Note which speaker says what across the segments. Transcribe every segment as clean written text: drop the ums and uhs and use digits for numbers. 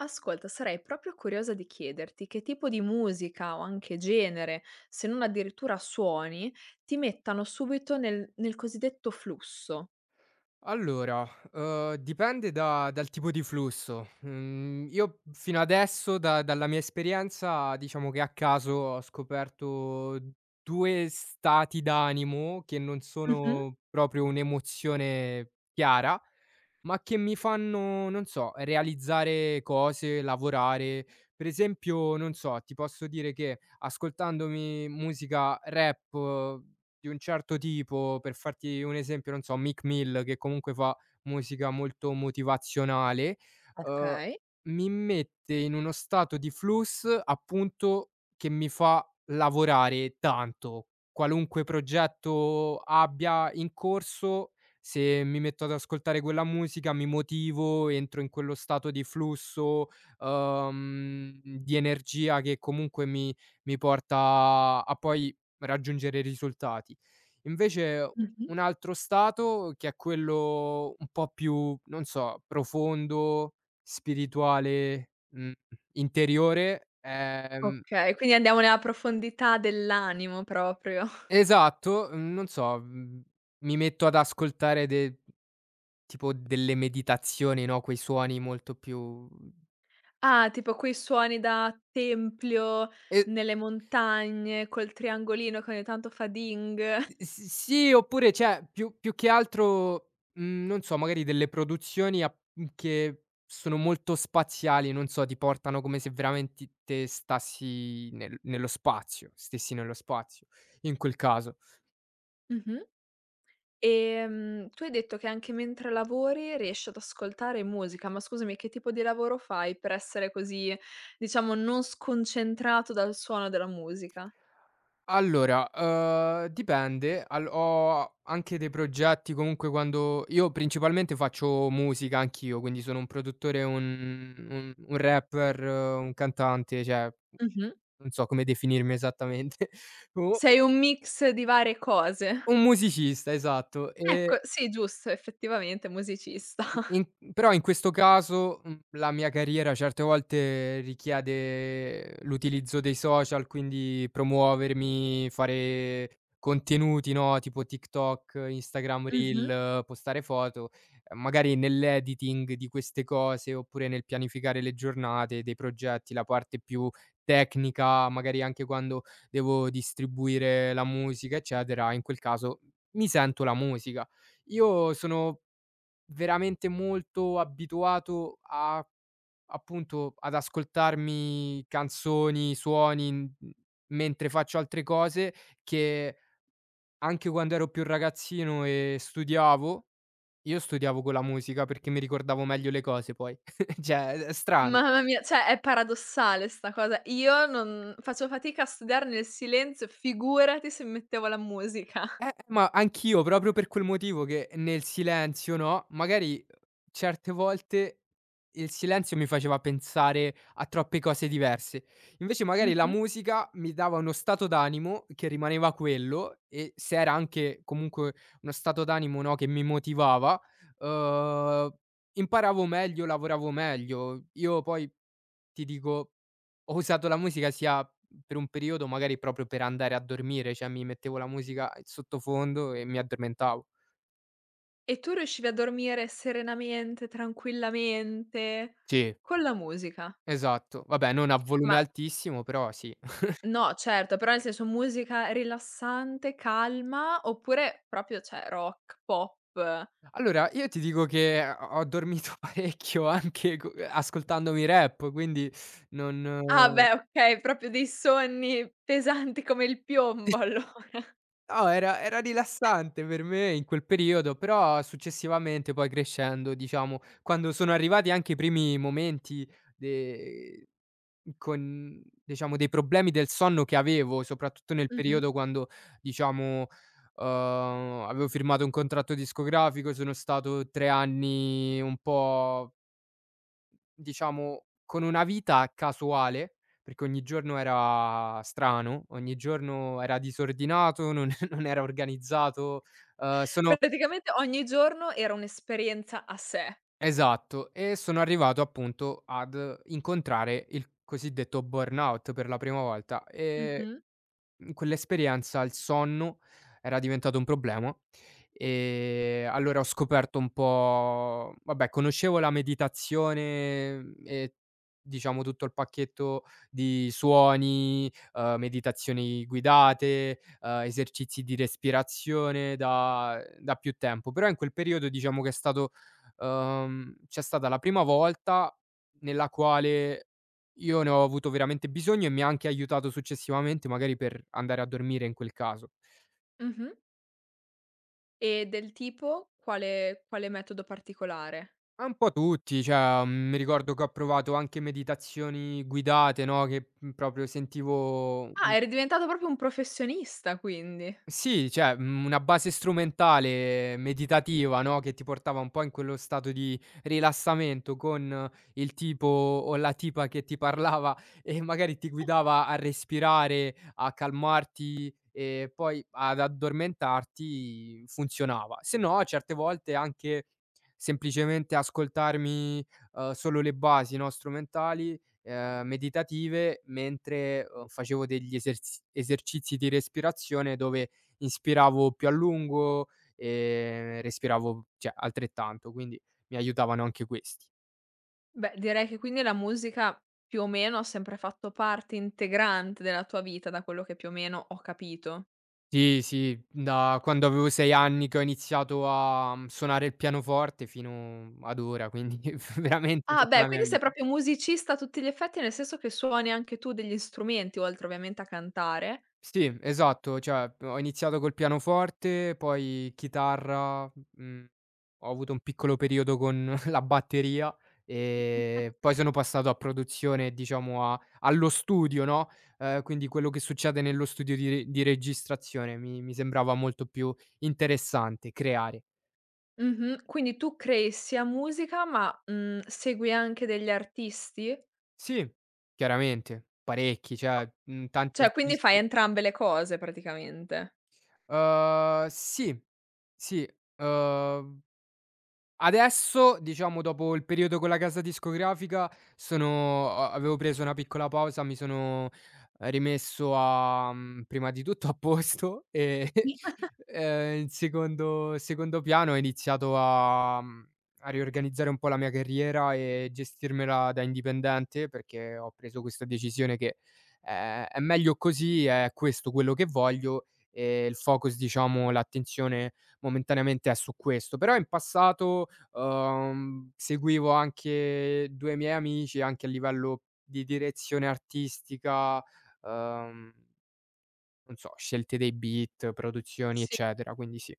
Speaker 1: Ascolta, sarei proprio curiosa di chiederti che tipo di musica o anche genere, se non addirittura suoni, ti mettano subito nel cosiddetto flusso.
Speaker 2: Allora, dipende da dal tipo di flusso. Mhmm, io fino adesso da dalla mia esperienza diciamo che a caso ho scoperto 2 stati d'animo che non
Speaker 1: Mh-mh.
Speaker 2: sono proprio un'emozione chiara, ma che mi fanno, non so, realizzare cose, lavorare. Per esempio, non so, ti posso dire che ascoltandomi musica rap di un certo tipo, per farti un esempio, non so, Meek Mill che comunque fa musica molto motivazionale, uhm,
Speaker 1: Okay.
Speaker 2: mi mette in uno stato di flux, appunto, che mi fa lavorare tanto. Qualunque progetto abbia in corso, se mi metto ad ascoltare quella musica mi motivo, entro in quello stato di flusso, di energia che comunque mi porta a poi raggiungere risultati. Invece
Speaker 1: Mh-mh.
Speaker 2: un altro stato che è quello un po' più, non so, profondo, spirituale, interiore,
Speaker 1: Okay, quindi andiamo nella profondità dell'animo proprio.
Speaker 2: esatto, non so, mi metto ad ascoltare de tipo delle meditazioni, no, quei suoni molto più
Speaker 1: Ah, tipo quei suoni da tempio,
Speaker 2: e
Speaker 1: nelle montagne, col triangolino che ogni tanto fa ding.
Speaker 2: S sì, oppure cioè più che altro, non so, magari delle produzioni che sono molto spaziali, non so, ti portano come se veramente te stassi nel nello spazio stessi nello spazio, in quel caso.
Speaker 1: Mh-mh. Tu hai detto che anche mentre lavori riesci ad ascoltare musica, ma scusami che tipo di lavoro fai per essere così, diciamo, non sconcentrato dal suono della musica?
Speaker 2: Allora, dipende, al ho anche dei progetti comunque quando io principalmente faccio musica anch'io, quindi sono un produttore, un rapper, un cantante, cioè
Speaker 1: Mh-mh.
Speaker 2: non so come definirmi esattamente. O
Speaker 1: Sei un mix di varie cose.
Speaker 2: Un musicista, esatto.
Speaker 1: Ecco, sì giusto, effettivamente musicista.
Speaker 2: I in Però in questo caso, la mia carriera certe volte richiede l'utilizzo dei social, quindi promuovermi, fare contenuti, no, tipo TikTok, Instagram
Speaker 1: Mh-mh.
Speaker 2: Reel, postare foto. Magari nell'editing di queste cose, oppure nel pianificare le giornate dei progetti, la parte più tecnica, magari anche quando devo distribuire la musica, eccetera, in quel caso mi sento la musica. Io sono veramente molto abituato a appunto, ad ascoltarmi canzoni, suoni, mentre faccio altre cose, che anche quando ero più ragazzino e studiavo, io studiavo con la musica perché mi ricordavo meglio le cose poi. Cioè, è strano.
Speaker 1: Mamma mia, cioè è paradossale 'sta cosa. Io non faccio fatica a studiare nel silenzio, figurati se mettevo la musica.
Speaker 2: Ma anch'io proprio per quel motivo che nel silenzio, no, magari certe volte il silenzio mi faceva pensare a troppe cose diverse. Invece magari la
Speaker 1: Mh-mh.
Speaker 2: musica mi dava uno stato d'animo che rimaneva quello e se era anche comunque uno stato d'animo, no, che mi motivava, uhm, imparavo meglio, lavoravo meglio. Io poi ti dico, ho usato la musica sia per un periodo magari proprio per andare a dormire, cioè mi mettevo la musica in sottofondo e mi addormentavo.
Speaker 1: E tu riuscivi a dormire serenamente, tranquillamente,
Speaker 2: Sì,
Speaker 1: con la musica?
Speaker 2: esatto. Vabbè, non a volume
Speaker 1: Ma
Speaker 2: altissimo, però sì.
Speaker 1: no, certo, però nel senso musica rilassante, calma, oppure proprio cioè rock, pop?
Speaker 2: Allora, io ti dico che ho dormito parecchio anche co ascoltandomi rap, quindi non
Speaker 1: Ah beh, okay, proprio dei sonni pesanti come il piombo allora.
Speaker 2: No, era rilassante per me in quel periodo, però successivamente poi crescendo, diciamo, quando sono arrivati anche i primi momenti de con diciamo dei problemi del sonno che avevo, soprattutto nel
Speaker 1: Mh-mh.
Speaker 2: periodo quando diciamo, uhm, avevo firmato un contratto discografico, sono stato 3 anni un po'. Diciamo, con una vita casuale, perché ogni giorno era strano, ogni giorno era disordinato, non non era organizzato, sono
Speaker 1: Praticamente ogni giorno era un'esperienza a sé.
Speaker 2: esatto, e sono arrivato appunto ad incontrare il cosiddetto burnout per la prima volta.
Speaker 1: Mh-mh,
Speaker 2: In quell'esperienza il sonno era diventato un problema, allora ho scoperto un po' vabbè conoscevo la meditazione e diciamo tutto il pacchetto di suoni, meditazioni guidate, esercizi di respirazione da più tempo, però in quel periodo diciamo che è stato c'è stata la prima volta nella quale io ne ho avuto veramente bisogno e mi ha anche aiutato successivamente, magari per andare a dormire in quel caso.
Speaker 1: mh-mh. E del tipo? Quale metodo particolare?
Speaker 2: Ma un po' tutti, cioè, mi ricordo che ho provato anche meditazioni guidate, no, che, proprio sentivo.
Speaker 1: Ah, eri diventato proprio un professionista quindi.
Speaker 2: Sì, cioè, una base strumentale meditativa, no, che ti portava un po' in quello stato di rilassamento con il tipo o la tipa che ti parlava e magari ti guidava a respirare, a calmarti e poi ad addormentarti, funzionava. Se no, certe volte anche semplicemente ascoltarmi, solo le basi, no, strumentali, meditative mentre, facevo degli eserz esercizi di respirazione dove inspiravo più a lungo, respiravo, cioè, altrettanto, quindi mi aiutavano anche questi.
Speaker 1: Beh, direi che quindi la musica più o meno ha sempre fatto parte integrante della tua vita, da quello che più o meno ho capito.
Speaker 2: Sì, sì, da quando avevo 6 anni che ho iniziato a, suonare il pianoforte fino ad ora, quindi veramente
Speaker 1: Ah
Speaker 2: tutta
Speaker 1: beh,
Speaker 2: la mia
Speaker 1: quindi sei
Speaker 2: vita.
Speaker 1: proprio musicista a tutti gli effetti, nel senso che suoni anche tu degli strumenti, oltre ovviamente a cantare.
Speaker 2: Sì, esatto, cioè ho iniziato col pianoforte, poi chitarra, mhmm, ho avuto un piccolo periodo con la batteria e poi sono passato a produzione e diciamo a allo studio, no, quindi quello che succede nello studio di registrazione mi sembrava molto più interessante creare.
Speaker 1: Mh-mh. Quindi tu crei sia musica, ma, segui anche degli artisti?
Speaker 2: Sì, chiaramente, parecchi, cioè,
Speaker 1: O
Speaker 2: tanti
Speaker 1: cioè quindi fai
Speaker 2: artisti.
Speaker 1: entrambe le cose praticamente.
Speaker 2: Sì, sì, uhm adesso, diciamo dopo il periodo con la casa discografica, sono a avevo preso una piccola pausa, mi sono rimesso prima di tutto a posto e, in secondo piano ho iniziato a riorganizzare un po' la mia carriera e gestirmela da indipendente, perché ho preso questa decisione che, è meglio così, è questo quello che voglio e il focus diciamo, l'attenzione momentaneamente è su questo. Però in passato, seguivo anche 2 miei amici, anche a livello di direzione artistica, uhm, non so, scelte dei beat, produzioni,
Speaker 1: Sì.
Speaker 2: eccetera, quindi sì.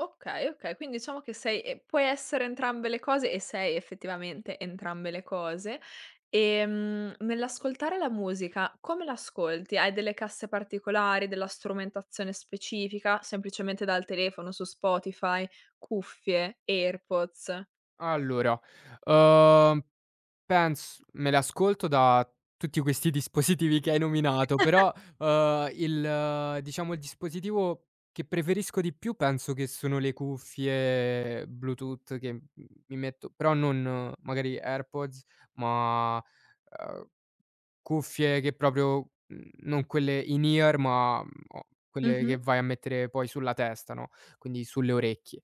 Speaker 1: Okay, okay, quindi diciamo che sei puoi essere entrambe le cose e sei effettivamente entrambe le cose. Nell'ascoltare la musica come l'ascolti? Hai delle casse particolari, della strumentazione specifica, semplicemente dal telefono su Spotify, cuffie, AirPods?
Speaker 2: Allora, uhm Pens me le ascolto da tutti questi dispositivi che hai nominato, però, il diciamo il dispositivo che preferisco di più penso che sono le cuffie Bluetooth che, mi metto però non magari AirPods, ma, cuffie che proprio, non quelle in ear, ma, o quelle che
Speaker 1: Mh-mh.
Speaker 2: vai a mettere poi sulla testa, no, quindi sulle orecchie.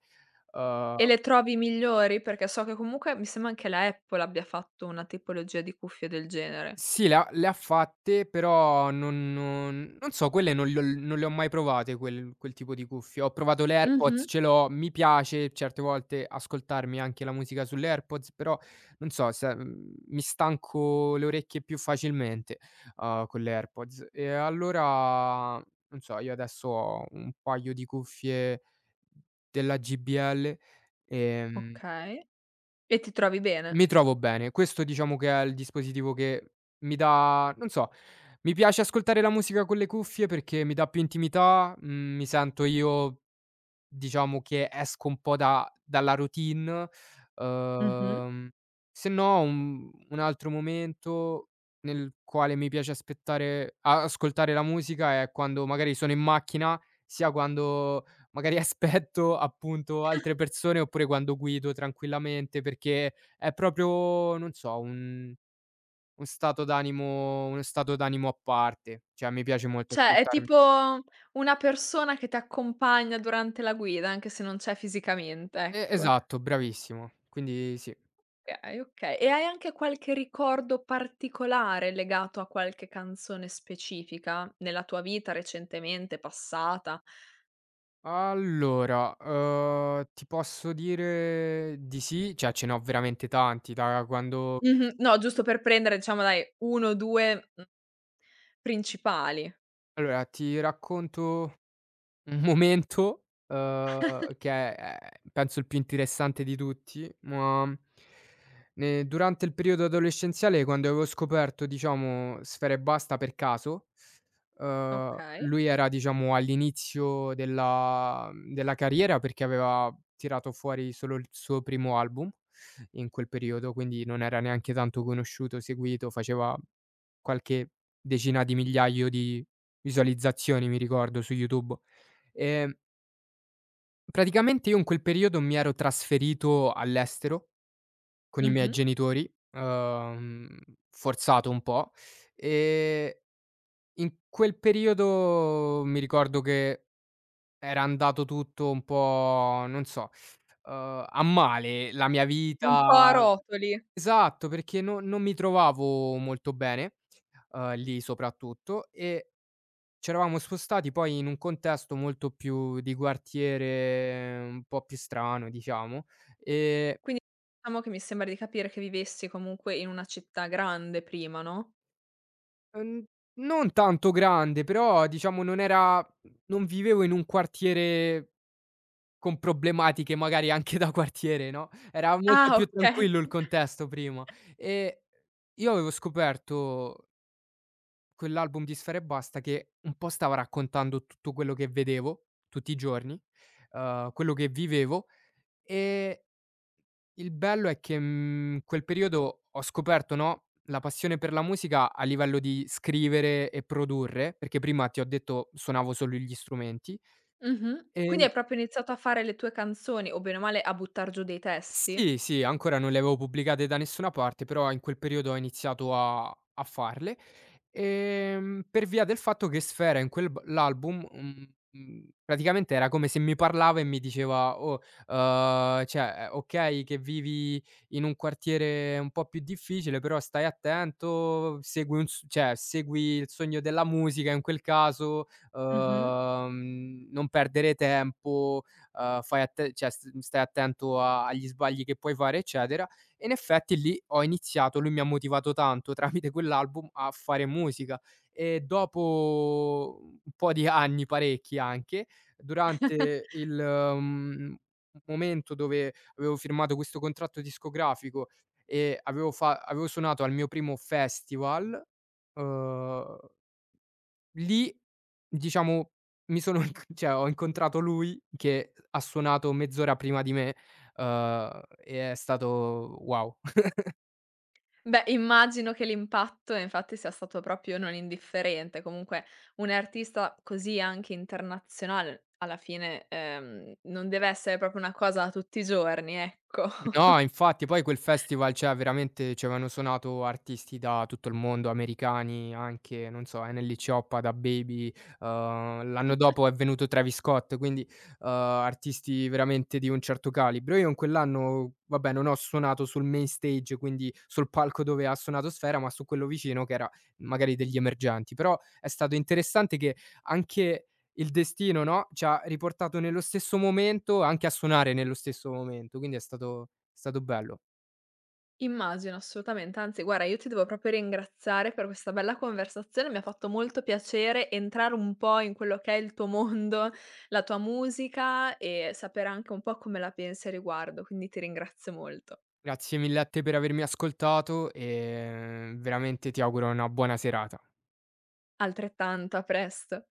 Speaker 2: Uhm
Speaker 1: E le trovi migliori? Perché so che comunque mi sembra anche la Apple abbia fatto una tipologia di cuffie del genere.
Speaker 2: Sì, le ha fatte, però non so, quelle non le ho mai provate quel tipo di cuffie. Ho provato le AirPods,
Speaker 1: Mh-mh.
Speaker 2: ce l'ho, mi piace certe volte ascoltarmi anche la musica sulle AirPods, però non so se mi stanco le orecchie più facilmente, con le AirPods. E allora, non so, io adesso ho un paio di cuffie della JBL, ehm
Speaker 1: Okay. E ti trovi bene?
Speaker 2: mi trovo bene. Questo diciamo che è il dispositivo che mi dà non so, mi piace ascoltare la musica con le cuffie perché mi dà più intimità, mi sento io. Diciamo che esco un po' da dalla routine,
Speaker 1: Mh-mh.
Speaker 2: uhm, se no un altro momento nel quale mi piace aspettare a ascoltare la musica è quando magari sono in macchina, sia quando magari aspetto appunto altre persone, oppure quando guido tranquillamente, perché è proprio, non so, un stato d'animo uno stato d'animo a parte, cioè mi piace molto
Speaker 1: Cioè, è
Speaker 2: ascoltarmi
Speaker 1: tipo una persona che ti accompagna durante la guida, anche se non c'è fisicamente, ecco.
Speaker 2: esatto, bravissimo. Quindi sì.
Speaker 1: Okay, okay. E hai anche qualche ricordo particolare legato a qualche canzone specifica nella tua vita recentemente, passata?
Speaker 2: Allora, ti posso dire di sì, cioè ce n'ho veramente tanti da quando
Speaker 1: Mh-mh. No, giusto per prendere diciamo dai 1 o 2, principali.
Speaker 2: allora ti racconto un momento, che è penso il più interessante di tutti, ma, ne durante il periodo adolescenziale quando avevo scoperto, diciamo, Sfera Ebbasta per caso.
Speaker 1: Okay.
Speaker 2: Lui era, diciamo, all'inizio della carriera perché aveva tirato fuori solo il suo primo album in quel periodo, quindi non era neanche tanto conosciuto, seguito, faceva qualche decina di migliaio di visualizzazioni, mi ricordo, su YouTube. Ehm, praticamente io in quel periodo mi ero trasferito all'estero con i miei
Speaker 1: Mh-mh.
Speaker 2: genitori, forzato un po', ehm, in quel periodo mi ricordo che era andato tutto un po', non so, a male la mia
Speaker 1: Un po' a
Speaker 2: vita.
Speaker 1: rotoli.
Speaker 2: Esatto, perché no non mi trovavo molto bene, lì soprattutto. C'eravamo spostati poi in un contesto molto più di quartiere, un po' più strano diciamo, ehm,
Speaker 1: Quindi diciamo che mi sembra di capire che vivessi comunque in una città grande prima, no?
Speaker 2: n non tanto grande, però diciamo non era, non vivevo in un quartiere con problematiche magari anche da quartiere, no, era molto
Speaker 1: Ah,
Speaker 2: più
Speaker 1: okay.
Speaker 2: tranquillo il contesto prima. E io avevo scoperto quell'album di Sfera Ebbasta che un po' stava raccontando tutto quello che vedevo tutti i giorni, quello che vivevo. ehm Il bello è che, quel periodo ho scoperto, no, la passione per la musica a livello di scrivere e produrre, perché prima ti ho detto suonavo solo gli strumenti,
Speaker 1: Mh-mh. Quindi hai
Speaker 2: e
Speaker 1: proprio iniziato a fare le tue canzoni, o bene o male a buttar giù dei testi?
Speaker 2: Sì, sì, ancora non le avevo pubblicate da nessuna parte, però in quel periodo ho iniziato a farle, per via del fatto che Sfera in quel b l'album, praticamente era come se mi parlava e mi diceva: "Oh, cioè, okay che vivi in un quartiere un po' più difficile, però stai attento, segui un s cioè segui il sogno della musica in quel caso,
Speaker 1: Mh-mh.
Speaker 2: non perdere tempo". Fai atte cioè st Stai attento a agli sbagli che puoi fare, eccetera. E in effetti lì ho iniziato, lui mi ha motivato tanto tramite quell'album a fare musica e dopo un po' di anni, parecchi anche, durante il, momento dove avevo firmato questo contratto discografico e avevo suonato al mio primo festival. uhm Lì, diciamo, mi sono inc cioè ho incontrato lui che ha suonato mezz'ora prima di me, e è stato wow.
Speaker 1: Beh, immagino che l'impatto infatti sia stato proprio non indifferente. Comunque un artista così anche internazionale alla fine, non deve essere proprio una cosa da tutti i giorni, ecco.
Speaker 2: No, infatti poi quel festival, cioè veramente ci avevano suonato artisti da tutto il mondo, americani anche, non so, Enel Cioppa, DaBaby, l'anno dopo è venuto Travis Scott, quindi, artisti veramente di un certo calibro. Io in quell'anno, vabbè, non ho suonato sul main stage, quindi sul palco dove ha suonato Sfera, ma su quello vicino che era magari degli emergenti. Però è stato interessante che anche il destino, no, ci ha riportato nello stesso momento, anche a suonare nello stesso momento, quindi è stato bello.
Speaker 1: Immagino, assolutamente. Anzi, guarda, io ti devo proprio ringraziare per questa bella conversazione. Mi ha fatto molto piacere entrare un po' in quello che è il tuo mondo, la tua musica e sapere anche un po' come la pensi a riguardo, quindi ti ringrazio molto.
Speaker 2: Grazie mille a te per avermi ascoltato e veramente ti auguro una buona serata.
Speaker 1: Altrettanto, a presto.